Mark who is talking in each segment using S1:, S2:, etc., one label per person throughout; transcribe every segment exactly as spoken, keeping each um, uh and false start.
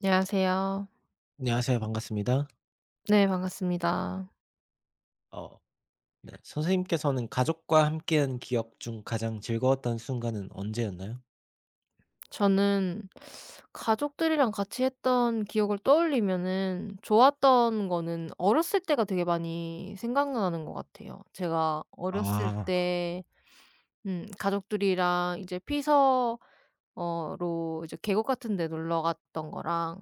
S1: 안녕하세요.
S2: 안녕하세요. 반갑습니다.
S1: 네, 반갑습니다.
S2: 어 네. 선생님께서는 가족과 함께한 기억 중 가장 즐거웠던 순간은 언제였나요?
S1: 저는 가족들이랑 같이 했던 기억을 떠올리면은 좋았던 거는 어렸을 때가 되게 많이 생각나는 것 같아요. 제가 어렸을
S2: 아.
S1: 때 음 가족들이랑 이제 피서 어 로 이제 계곡 같은 데 놀러 갔던 거랑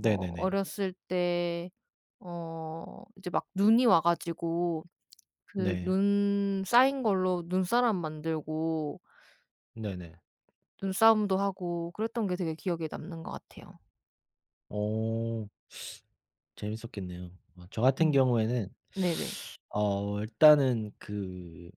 S1: 뭐
S2: 네네네.
S1: 어렸을 때 어 이제 막 눈이 와 가지고 그
S2: 네.
S1: 눈 쌓인 걸로 눈사람 만들고
S2: 네네.
S1: 눈싸움도 하고 그랬던 게 되게 기억에 남는 것 같아요.
S2: 오오. 재밌었겠네요. 어 저 같은
S1: 음.
S2: 경우에는
S1: 네네.
S2: 어 일단은 그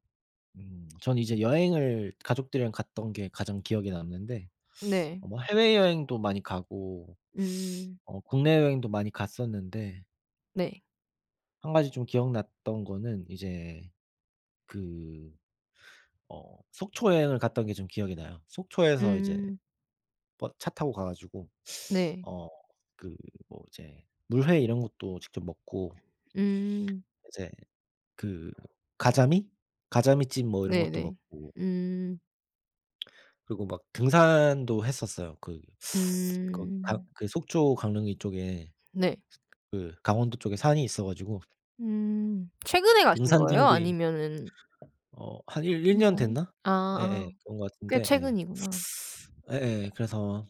S2: 음 전 이제 여행을 가족들이랑 갔던 게 가장 기억에 남는데,
S1: 네.
S2: 어 뭐 해외여행도 많이 가고
S1: 음.
S2: 어 국내 여행도 많이 갔었는데,
S1: 네.
S2: 한 가지 좀 기억났던 거는 이제 그 어 속초 여행을 갔던 게 좀 기억이 나요. 속초에서 이제
S1: 음.
S2: 버 차 타고 가 가지고
S1: 네.
S2: 어 그 뭐 이제 물회 이런 것도 직접 먹고,
S1: 음.
S2: 이제 그 가자미? 가자미찜 뭐 이런 것도
S1: 네네.
S2: 먹고,
S1: 음.
S2: 그리고 막 등산도 했었어요. 그 거기 강
S1: 음.
S2: 그 속초 강릉이 쪽에,
S1: 네.
S2: 그 강원도 쪽에 산이 있어 가지고
S1: 음. 최근에 가신
S2: 등산
S1: 거예요?
S2: 장비,
S1: 아니면은
S2: 어 한 일 1 년
S1: 예전에?
S2: 됐나? 예예.
S1: 아아.
S2: 그런 것
S1: 꽤
S2: 같은데 예.
S1: 최근이구나.
S2: 예예. 그래서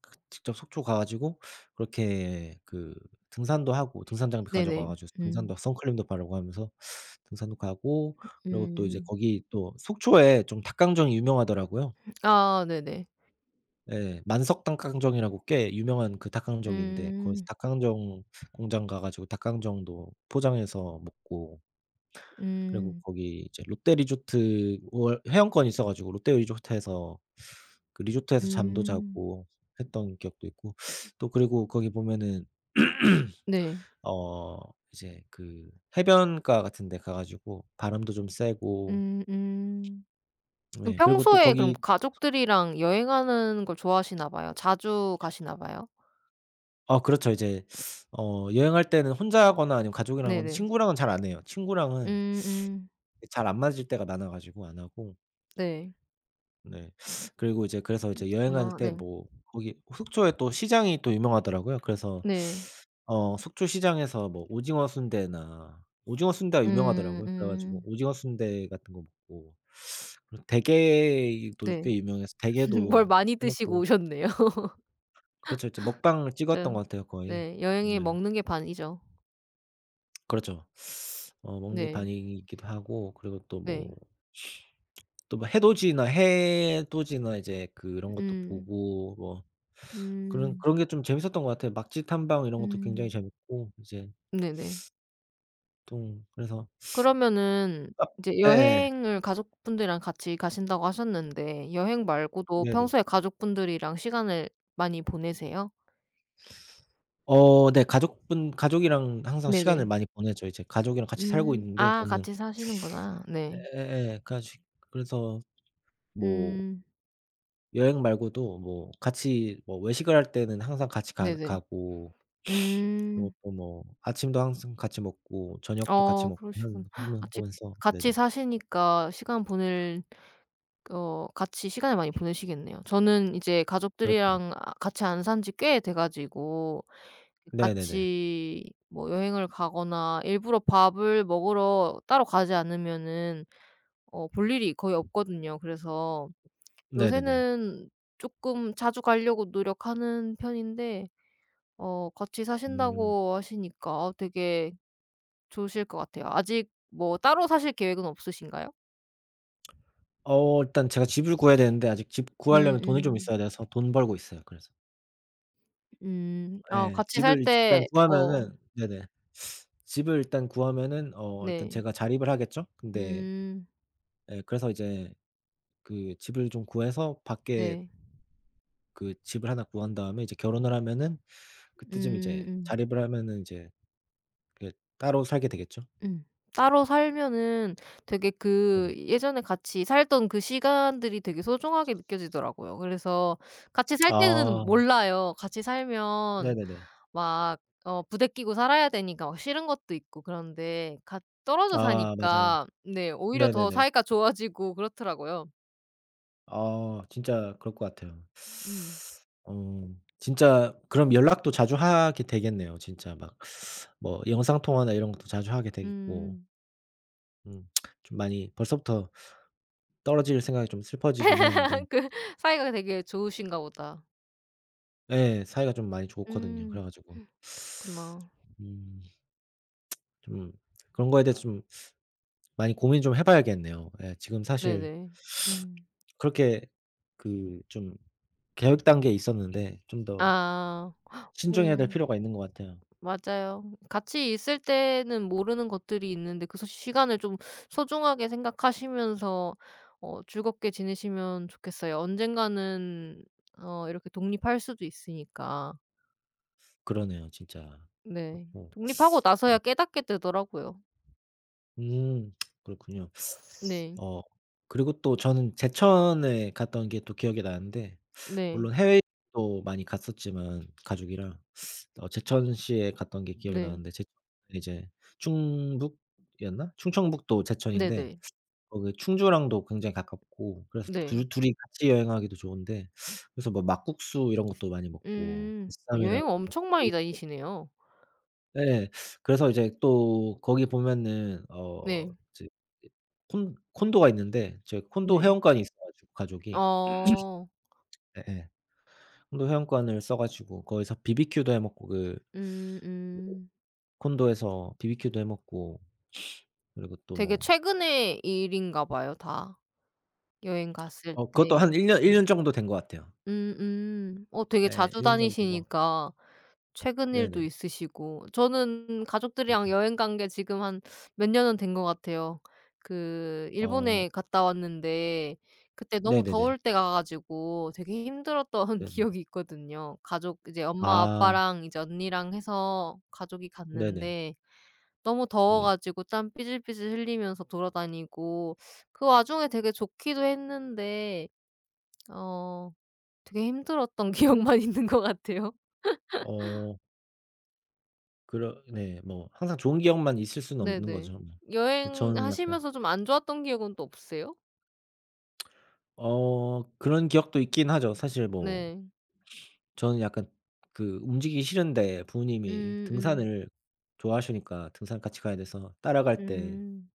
S2: 그 직접 속초 가 가지고 그렇게 그 등산도 하고 등산 장비 가져가
S1: 네네.
S2: 가지고
S1: 음.
S2: 등산도, 선클림도 바르고 하면서 등산도 가고, 그리고 또 이제
S1: 음.
S2: 거기 또 속초에 좀 닭강정이 유명하더라고요.
S1: 아 네네.
S2: 예. 만석 닭강정이라고 꽤 유명한 그 닭강정이 있는데, 거기서
S1: 음.
S2: 닭강정 공장 가 가지고 닭강정도 포장해서 먹고,
S1: 음.
S2: 그리고
S1: 음.
S2: 거기 이제 롯데 리조트 월 회원권이 있어 가지고 롯데 리조트에서, 그 리조트에서 잠도
S1: 음.
S2: 자고 했던 기억도 있고, 또 그리고 거기 보면은
S1: 네.
S2: 어 이제 그 해변가 같은 데 가 가지고 바람도 좀 쐬고,
S1: 음음. 그럼
S2: 예 그리고 또
S1: 평소에 그럼
S2: 거기
S1: 가족들이랑 여행하는 걸 좋아하시나 봐요. 자주 가시나 봐요.
S2: 아 그렇죠. 이제 어 여행할 때는 혼자 하거나 아니면 가족이랑은
S1: 네네.
S2: 친구랑은 잘 안 해요.
S1: 음
S2: 친구랑은
S1: 음.
S2: 잘 안 맞을 때가 많아 가지고 안 하고.
S1: 네.
S2: 네. 그리고 이제 그래서 이제 여행할
S1: 그러시구나.
S2: 때,
S1: 네.
S2: 뭐 거기 속초에 또 시장이 또 유명하더라고요. 그래서
S1: 네.
S2: 어 속초 시장에서 뭐 오징어 순대나 오징어 순대가
S1: 음
S2: 유명하더라고요. 그래 가지고
S1: 음.
S2: 오징어 순대 같은 거 먹고, 그리고 대게도
S1: 네.
S2: 꽤 유명해서
S1: 뭘
S2: 대게도
S1: 많이
S2: 해
S1: 드시고
S2: 먹고.
S1: 오셨네요.
S2: 그렇죠. 이제 먹방을 찍었던
S1: 진
S2: 것 같아요 거의.
S1: 네. 여행에
S2: 네.
S1: 먹는 게 반이죠.
S2: 그렇죠. 어 먹는 게
S1: 네.
S2: 반이기도 하고, 그리고 또
S1: 네.
S2: 뭐 또 뭐 해돋이나 해돋이나 이제 그런 것도
S1: 음.
S2: 보고, 뭐 그런
S1: 음.
S2: 그런 게 좀 재밌었던 것 같아요. 막지 탐방 이런 것도 굉장히
S1: 음.
S2: 재밌고 이제
S1: 네네.
S2: 좀 그래서
S1: 그러면은
S2: 카
S1: 이제
S2: 예예.
S1: 여행을 가족분들이랑 같이 가신다고 하셨는데 여행 말고도
S2: 네네.
S1: 평소에 가족분들이랑 시간을 많이 보내세요?
S2: 어 네. 가족분 가족이랑 항상
S1: 네네.
S2: 시간을 많이 보내죠. 이제 가족이랑 같이 살고
S1: 음.
S2: 있는데
S1: 아
S2: 저는
S1: 같이 사시는구나. 네.
S2: 예예예. 그래가지 그래서 뭐
S1: 음.
S2: 여행 말고도 뭐 같이, 뭐 외식을 할 때는 항상 같이 가
S1: 네네.
S2: 가고, 그리고
S1: 음.
S2: 또 뭐 아침도 항상 같이 먹고 저녁도 같이
S1: 어
S2: 먹고
S1: 그러시구나.
S2: 하는,
S1: 아직
S2: 하면서. 네네.
S1: 같이 사시니까 시간 보낼 어 같이 시간을 많이 보내시겠네요. 저는 이제
S2: 그렇죠.
S1: 가족들이랑 아 같이 안 산지 꽤 돼 가지고
S2: 네네네.
S1: 같이 뭐 여행을 가거나 일부러 밥을 먹으러 따로 가지 않으면은 어 볼 일이 거의 없거든요. 그래서
S2: 네네네.
S1: 요새는 쪼끔 자주 가려고 노력하는 편인데 어 같이
S2: 음.
S1: 사신다고 하시니까 어 되게 좋으실 것 같아요. 아직 뭐 따로 사실 계획은 없으신가요?
S2: 어 일단 제가 집을 구해야 되는데, 아직 집 구하려면
S1: 음음.
S2: 돈이 좀
S1: 음.
S2: 있어야 돼서 돈 벌고 있어요. 그래서.
S1: 음, 아
S2: 예.
S1: 같이 살
S2: 집을 일단
S1: 때 어
S2: 구하면은 네네. 집을 일단 구하면은 어 일단
S1: 네.
S2: 제가 자립을 하겠죠? 근데
S1: 음.
S2: 예, 그래서 이제 그 집을 좀 구해서 밖에,
S1: 네.
S2: 그 집을 하나 구한 다음에 이제 결혼을 하면은, 그때쯤 이제
S1: 음음.
S2: 자립을 하면은 이제 그 따로 살게 되겠죠?
S1: 음. 따로 살면은 되게 그
S2: 네네.
S1: 예전에 같이 살던 그 시간들이 되게 소중하게 느껴지더라고요. 그래서 같이 살 때는
S2: 아
S1: 몰라요. 같이 살면
S2: 네네네.
S1: 막 어 부대끼고 살아야 되니까 막 싫은 것도 있고 그런데 같 떨어져
S2: 아 맞아요.
S1: 사니까 네 오히려 더
S2: 네네네.
S1: 사이가 좋아지고 그렇더라고요.
S2: 아 진짜 그럴 것 같아요.
S1: 음.
S2: 어 진짜 그럼 연락도 자주 하게 되겠네요 진짜 막. 뭐 영상 통화나 이런 것도 자주 하게 되겠고,
S1: 음.
S2: 음 좀 많이 벌써부터 떨어질 생각이 좀 슬퍼지긴 하는데.
S1: 그 사이가 되게 좋으신가 보다.
S2: 예, 사이가 좀 많이 좋거든요. 그래
S1: 음.
S2: 가지고
S1: 그렇구나.
S2: 음 좀 그런 거에 대해서 좀 많이 고민 좀 해 봐야겠네요. 예, 지금 사실
S1: 네네. 음.
S2: 그렇게 그 좀 계획 단계에 있었는데 좀 더
S1: 아.
S2: 신중해야 될
S1: 음.
S2: 필요가 있는 것 같아요.
S1: 맞아요. 같이 있을 때는 모르는 것들이 있는데 그 소 시간을 좀 소중하게 생각하시면서 어 즐겁게 지내시면 좋겠어요. 언젠가는 어 이렇게 독립할 수도 있으니까.
S2: 그러네요 진짜.
S1: 네.
S2: 그렇고
S1: 독립하고 나서야
S2: 어
S1: 깨닫게 되더라고요.
S2: 음 그렇군요.
S1: 네.
S2: 어 그리고 또 저는 제천에 갔던 게 또 기억이 나는데,
S1: 네.
S2: 물론 해외도 많이 갔었지만 가족이랑 어 제천시에 갔던 게 기억이
S1: 네.
S2: 나는데, 제천 이제 충북이었나? 충청북도 제천인데,
S1: 네네.
S2: 거기 충주랑도 굉장히 가깝고 그래서
S1: 네.
S2: 그 둘이 같이 여행하기도 좋은데, 그래서 뭐 막국수 이런 것도 많이 먹고
S1: 음. 여
S2: 보쌈이랑.
S1: 행 엄청 많이 다니시네요.
S2: 예. 그래서 이제 또 거기 보면은 어
S1: 네.
S2: 이제 콘 콘도가 있는데, 저 콘도
S1: 네.
S2: 회원권이 있어 가지고 가족이
S1: 어.
S2: 예예. 콘도 회원권을 써 가지고 거기서 비비큐도 해 먹고, 그
S1: 음 음.
S2: 콘도에서 비비큐도 해 먹고, 그리고 또
S1: 되게
S2: 뭐
S1: 최근의 일인가 봐요 다. 여행 갔을
S2: 어 그것도
S1: 때.
S2: 한 일 년 일
S1: 네.
S2: 년 정도 된 것 같아요.
S1: 음음. 어 되게
S2: 예.
S1: 자주
S2: 일 년 정도 가
S1: 다니시니까 최근 일도
S2: 네네.
S1: 있으시고. 저는 가족들이랑
S2: 그렇죠.
S1: 여행 간 게 지금 한 몇 년은 된 것 같아요. 그
S2: 어
S1: 일본에 갔다 왔는데 그때 너무
S2: 네네네.
S1: 더울 때 가 가지고 되게 힘들었던
S2: 네네.
S1: 기억이 있거든요. 가족 이제 엄마
S2: 아
S1: 아빠랑 이제 언니랑 해서 가족이
S2: 네네.
S1: 갔는데 너무 더워
S2: 네.
S1: 가지고 땀 삐질삐질 흘리면서 돌아다니고 그 와중에 되게 좋기도 했는데 어 되게 힘들었던 기억만 있는 것 같아요.
S2: 어 그러 네, 뭐 항상 좋은 기억만 있을 수는 없는
S1: 네네.
S2: 거죠 뭐. 근데 저는 약간
S1: 여행하시면서 좀 안 좋았던 기억은 또 없으세요?
S2: 어 그런 기억도 있긴 하죠. 사실 뭐
S1: 네.
S2: 저는 약간 그 움직이기 싫은데 부모님이
S1: 음음.
S2: 등산을 좋아하시니까 등산 같이 가야 돼서 따라갈 때,
S1: 음.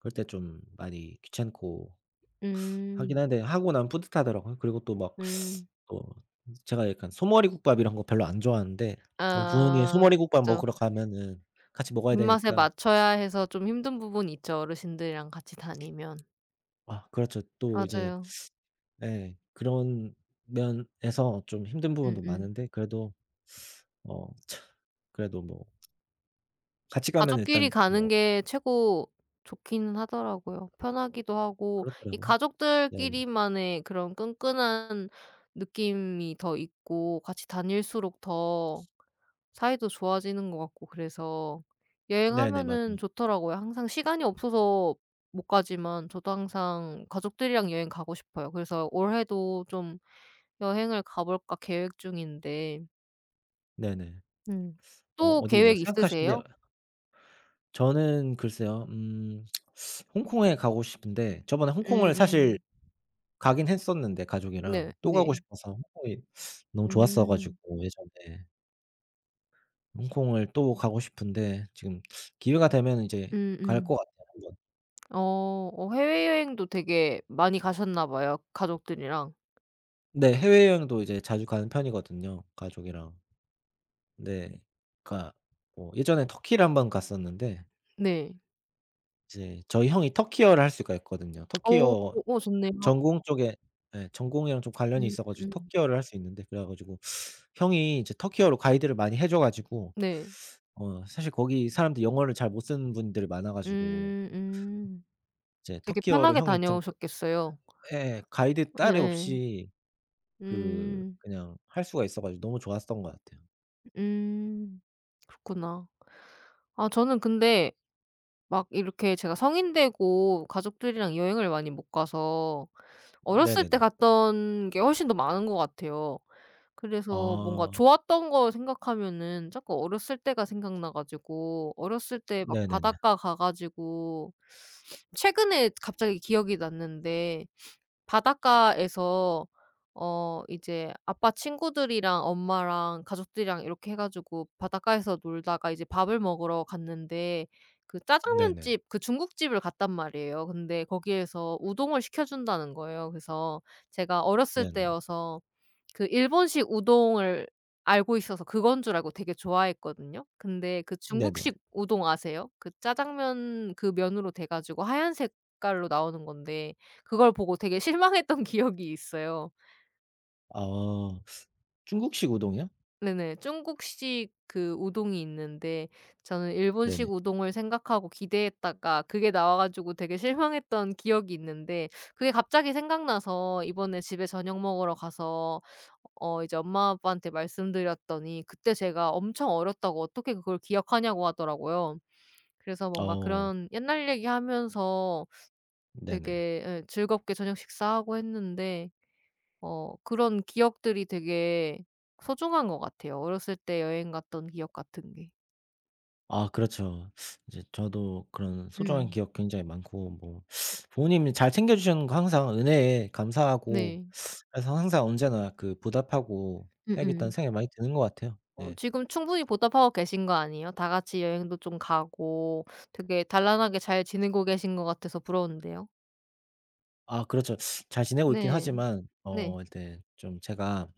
S2: 그럴 때 좀 많이 귀찮고
S1: 음.
S2: 하긴
S1: 음.
S2: 한데 하고 나면 뿌듯하더라고요. 그리고 또 막
S1: 음.
S2: 또 제가 약간 소머리국밥 이런 거 별로 안 좋아하는데 어 부모님이
S1: 아
S2: 소머리국밥
S1: 그죠.
S2: 먹으러 가면은 같이 먹어야
S1: 입맛에
S2: 되니까.
S1: 맞춰야 해서 좀 힘든 부분이 있죠, 어르신들이랑 같이 다니면.
S2: 아 그렇죠. 또 이제
S1: 맞아요.
S2: 예, 그런 면에서 좀 힘든 부분도
S1: 음음.
S2: 많은데, 그래도 어 참 그래도 뭐 같이 가면
S1: 가족끼리
S2: 일단
S1: 가는
S2: 뭐
S1: 게 최고 좋기는 하더라고요. 편하기도 하고 이
S2: 그렇더라고요. 네네.
S1: 가족들끼리만의 그런 끈끈한 느낌이 더 있고 같이 다닐수록 더 사이도 좋아지는 것 같고 그래서
S2: 네네.
S1: 여행하면은
S2: 맞아요.
S1: 좋더라고요. 항상 시간이 없어서 못 가지만 저도 항상 가족들이랑 여행 가고 싶어요. 그래서 올해도 좀 여행을 가 볼까 계획 중인데
S2: 네네.
S1: 음.
S2: 어
S1: 또
S2: 어디 뭐
S1: 계획
S2: 생각하신 데,
S1: 있으세요?
S2: 저는 글쎄요. 음 홍콩에 가고 싶은데, 저번에 홍콩을 사실
S1: 음음.
S2: 가긴 했었는데, 가족이랑
S1: 네.
S2: 또 가고
S1: 네.
S2: 싶어서, 홍콩이 너무 좋았어 가지고
S1: 음.
S2: 예전에, 홍콩을 또 가고 싶은데, 지금 기회가 되면 이제 갈
S1: 음음.
S2: 것 같아요 한 번.
S1: 어. 어 해외여행도 되게 많이 가셨나 봐요, 가족들이랑.
S2: 네. 해외여행도 이제 자주 가는 편이거든요 가족이랑. 네. 그러니까 뭐 예전에 터키를 한 번 갔었는데,
S1: 네.
S2: 이제 저희 형이 터키어를 할 수가 있거든요.
S1: 어.
S2: 터키어
S1: 어 좋네요.
S2: 전공 쪽에, 예 전공이랑 좀 관련이 있어 가지고
S1: 음음.
S2: 터키어를 할 수 있는데, 그래 가지고 형이 이제 터키어로 가이드를 많이 해줘 가지고,
S1: 네.
S2: 어 사실 거기 사람들 영어를 잘 못 쓰는 분들이 많아 가지고,
S1: 음 음.
S2: 이제
S1: 되게
S2: 터키어로
S1: 편하게
S2: 형이 좀 그,
S1: 다녀오셨겠어요.
S2: 예 가이드 따름
S1: 예예.
S2: 없이 그
S1: 음.
S2: 그냥 할 수가 있어 가지고 너무 좋았던 것 같아요.
S1: 음. 그렇구나. 아 저는 근데 막 이렇게 제가 성인 되고 가족들이랑 여행을 많이 못 가서 어렸을 때
S2: 네네네.
S1: 갔던 게 훨씬 더 많은 것 같아요. 그래서 뭔가
S2: 아.
S1: 좋았던 거 생각하면은 자꾸 어렸을 때가 생각나 가지고 어렸을 때 막
S2: 네네네.
S1: 바닷가 가 가지고 최근에 갑자기 기억이 났는데 바닷가에서 어 이제 아빠 친구들이랑 엄마랑 가족들이랑 이렇게 해 가지고 바닷가에서 놀다가 이제 밥을 먹으러 갔는데 그
S2: 네네.
S1: 짜장면집 그 중국집을 갔단 말이에요. 근데 거기에서 우동을 시켜 준다는 거예요. 그래서 제가 어렸을
S2: 네네.
S1: 때여서 그 일본식 우동을 알고 있어서 그건 줄 알고 되게 좋아했거든요. 근데 그
S2: 네네.
S1: 중국식 우동 아세요? 그 짜장면 그 면으로 돼 가지고 하얀 색깔로 나오는 건데 그걸 보고 되게 실망했던 기억이 있어요.
S2: 아 중국식 우동이요?
S1: 네네. 중국식 그 우동이 있는데 저는
S2: 네네.
S1: 일본식 우동을 생각하고 기대했다가 그게 나와 가지고 되게 실망했던 기억이 있는데 그게 갑자기 생각나서 이번에 집에 저녁 먹으러 가서 어 이제 엄마 아빠한테 말씀드렸더니 그때 제가 엄청 어렸다고 어떻게 그걸 기억하냐고 하더라고요. 그래서 뭔가
S2: 어.
S1: 그런 옛날 얘기하면서
S2: 네네.
S1: 되게 예 즐겁게 저녁 식사하고 했는데 어 그런 기억들이 되게 소중한 것 같아요. 어렸을 때 여행 갔던 기억 같은 게.
S2: 아 그렇죠. 이제 저도 그런 소중한
S1: 음.
S2: 기억 굉장히 많고, 뭐 부모님이 잘 챙겨 주시는 거 항상 은혜에 감사하고,
S1: 네.
S2: 그래서 항상 언제나 그 보답하고 해야겠다는
S1: 음음.
S2: 생각이 많이 드는 것 같아요.
S1: 어
S2: 네.
S1: 지금 충분히 보답하고 계신 거 아니에요? 다 같이 여행도 좀 가고 되게 단란하게 잘 지내고 계신 것 같아서 부러운데요.
S2: 아 그렇죠. 잘 지내고 있긴
S1: 네.
S2: 하지만
S1: 네.
S2: 어 이제 좀 제가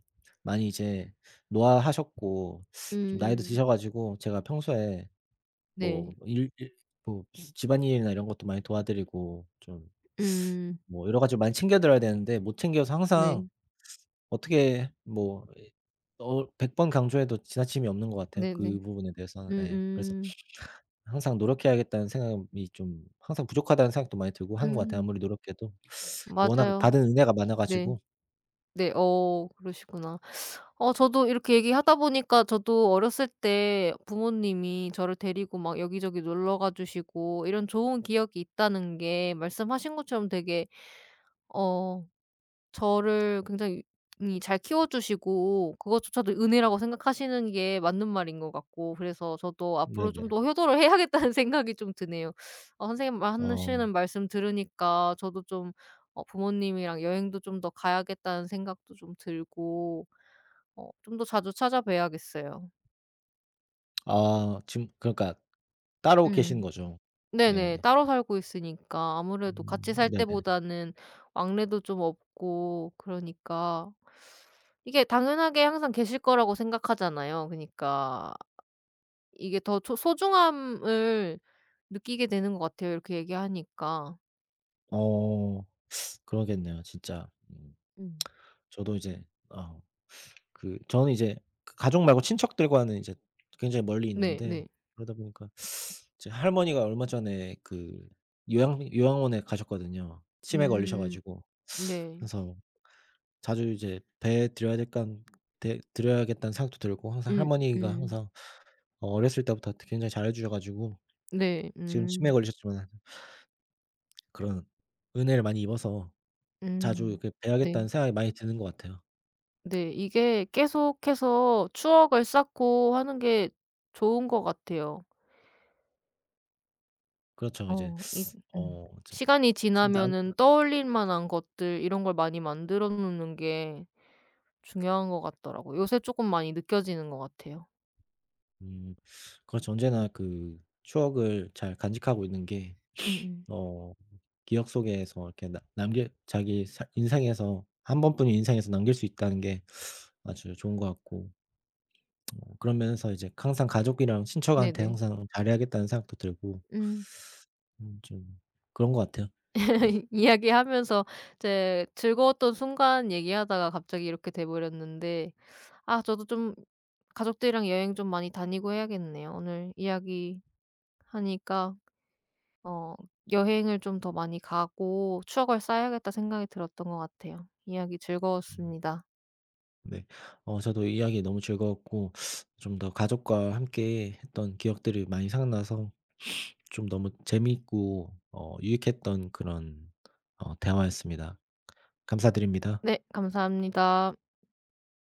S2: 많이 이제 노화하셨고, 좀 나이도
S1: 음.
S2: 드셔 가지고 제가 평소에 뭐
S1: 네.
S2: 일 일 뭐 집안일이나 이런 것도 많이 도와드리고, 좀
S1: 음.
S2: 뭐 여러 가지 많이 챙겨 드려야 되는데 못 챙겨서,
S1: 네.
S2: 항상 어떻게 뭐어백 번 강조해도 지나침이 없는 것 같아요,
S1: 네네.
S2: 그 부분에 대해서는. 예. 그래서
S1: 음음.
S2: 항상 노력해야겠다는 생각이, 좀 항상 부족하다는 생각도 많이 들고 하는 것 같아요,
S1: 음. 음.
S2: 아무리 노력해도. 워낙
S1: 맞아요.
S2: 받은 은혜가 많아
S1: 네.
S2: 가지고.
S1: 네. 어 그러시구나. 어 저도 이렇게 얘기하다 보니까 저도 어렸을 때 부모님이 저를 데리고 막 여기저기 놀러 가 주시고 이런 좋은 기억이 있다는 게 말씀하신 것처럼 되게 어 저를 굉장히 잘 키워 주시고 그것조차도 은혜라고 생각하시는 게 맞는 말인 것 같고 그래서 저도 앞으로 좀
S2: 네네.
S1: 더 효도를 해야겠다는 생각이 좀 드네요. 어 선생님
S2: 어.
S1: 하시는 말씀 들으니까 저도 좀 어 부모님이랑 여행도 좀 더 가야겠다는 생각도 좀 들고 어 좀 더 자주 찾아뵈야겠어요.
S2: 아 지금 그러니까 따로 계신
S1: 음.
S2: 거죠?
S1: 네네.
S2: 예.
S1: 따로 살고 있으니까 아무래도
S2: 음
S1: 같이 살
S2: 네네.
S1: 때보다는 왕래도 좀 없고 그러니까 이게 당연하게 항상 계실 거라고 생각하잖아요. 그니까 이게 더 초 소중함을 느끼게 되는 것 같아요, 이렇게 얘기하니까.
S2: 어 그러겠네요, 진짜. 음.
S1: 음.
S2: 저도 이제 어 그 저는 이제 그 가족 말고 친척들과는 이제 굉장히 멀리
S1: 네
S2: 있는데,
S1: 네.
S2: 그러다 보니까 제 할머니가 얼마 전에 그 요양 요양원에 가셨거든요. 치매 걸리셔
S1: 음
S2: 가지고.
S1: 네.
S2: 그래서 자주 이제 뵈 드려야 될깐 되 드려야겠다는 생각도 들고, 항상
S1: 음
S2: 할머니가
S1: 음.
S2: 항상 어 어렸을 때부터 굉장히 잘해 주셔 가지고,
S1: 네.
S2: 지금 치매에
S1: 음.
S2: 걸리셨지만 그런 은혜를 많이 입어서 자주
S1: 음.
S2: 이렇게 뵈야겠다는
S1: 네.
S2: 생각이 많이 드는 것 같아요.
S1: 네. 이게 계속해서 추억을 쌓고 하는 게 좋은 것 같아요.
S2: 그렇죠. 이제
S1: 어 이 음.
S2: 어 이제
S1: 시간이
S2: 남
S1: 지나면은 떠올릴 만한 것들 이런 걸 많이 만들어 놓는 게 중요한 것 같더라고요. 요새 조금 많이 느껴지는 것 같아요.
S2: 음 그렇죠. 언제나 그 추억을 잘 간직하고 있는 게
S1: 음음.
S2: 어 기억 속에서 이렇게 나 남길, 자기 사 인생에서 한 번뿐인 인생에서 남길 수 있다는 게 아주 좋은 것 같고, 어 그런 면에서 이제 항상 가족이랑 친척한테
S1: 네네.
S2: 항상 잘해야겠다는 생각도 들고,
S1: 음.
S2: 음 좀 그런 것 같아요. 네.
S1: 이야기하면서 이제 즐거웠던 순간 얘기하다가 갑자기 이렇게 돼 버렸는데 아 저도 좀 가족들이랑 여행 좀 많이 다니고 해야겠네요. 오늘 이야기하니까 어 '여행을 좀 더 많이 가고 추억을 쌓아야겠다.' 생각이 들었던 것 같아요. 이야기
S2: 음.
S1: 즐거웠습니다.
S2: 네. 어 저도 이야기 너무 즐거웠고, 좀 더 가족과 함께 했던 기억들이 많이 생각나서 좀 너무 재미있고 어 유익했던 그런 어 대화였습니다. 감사드립니다.
S1: 네, 감사합니다.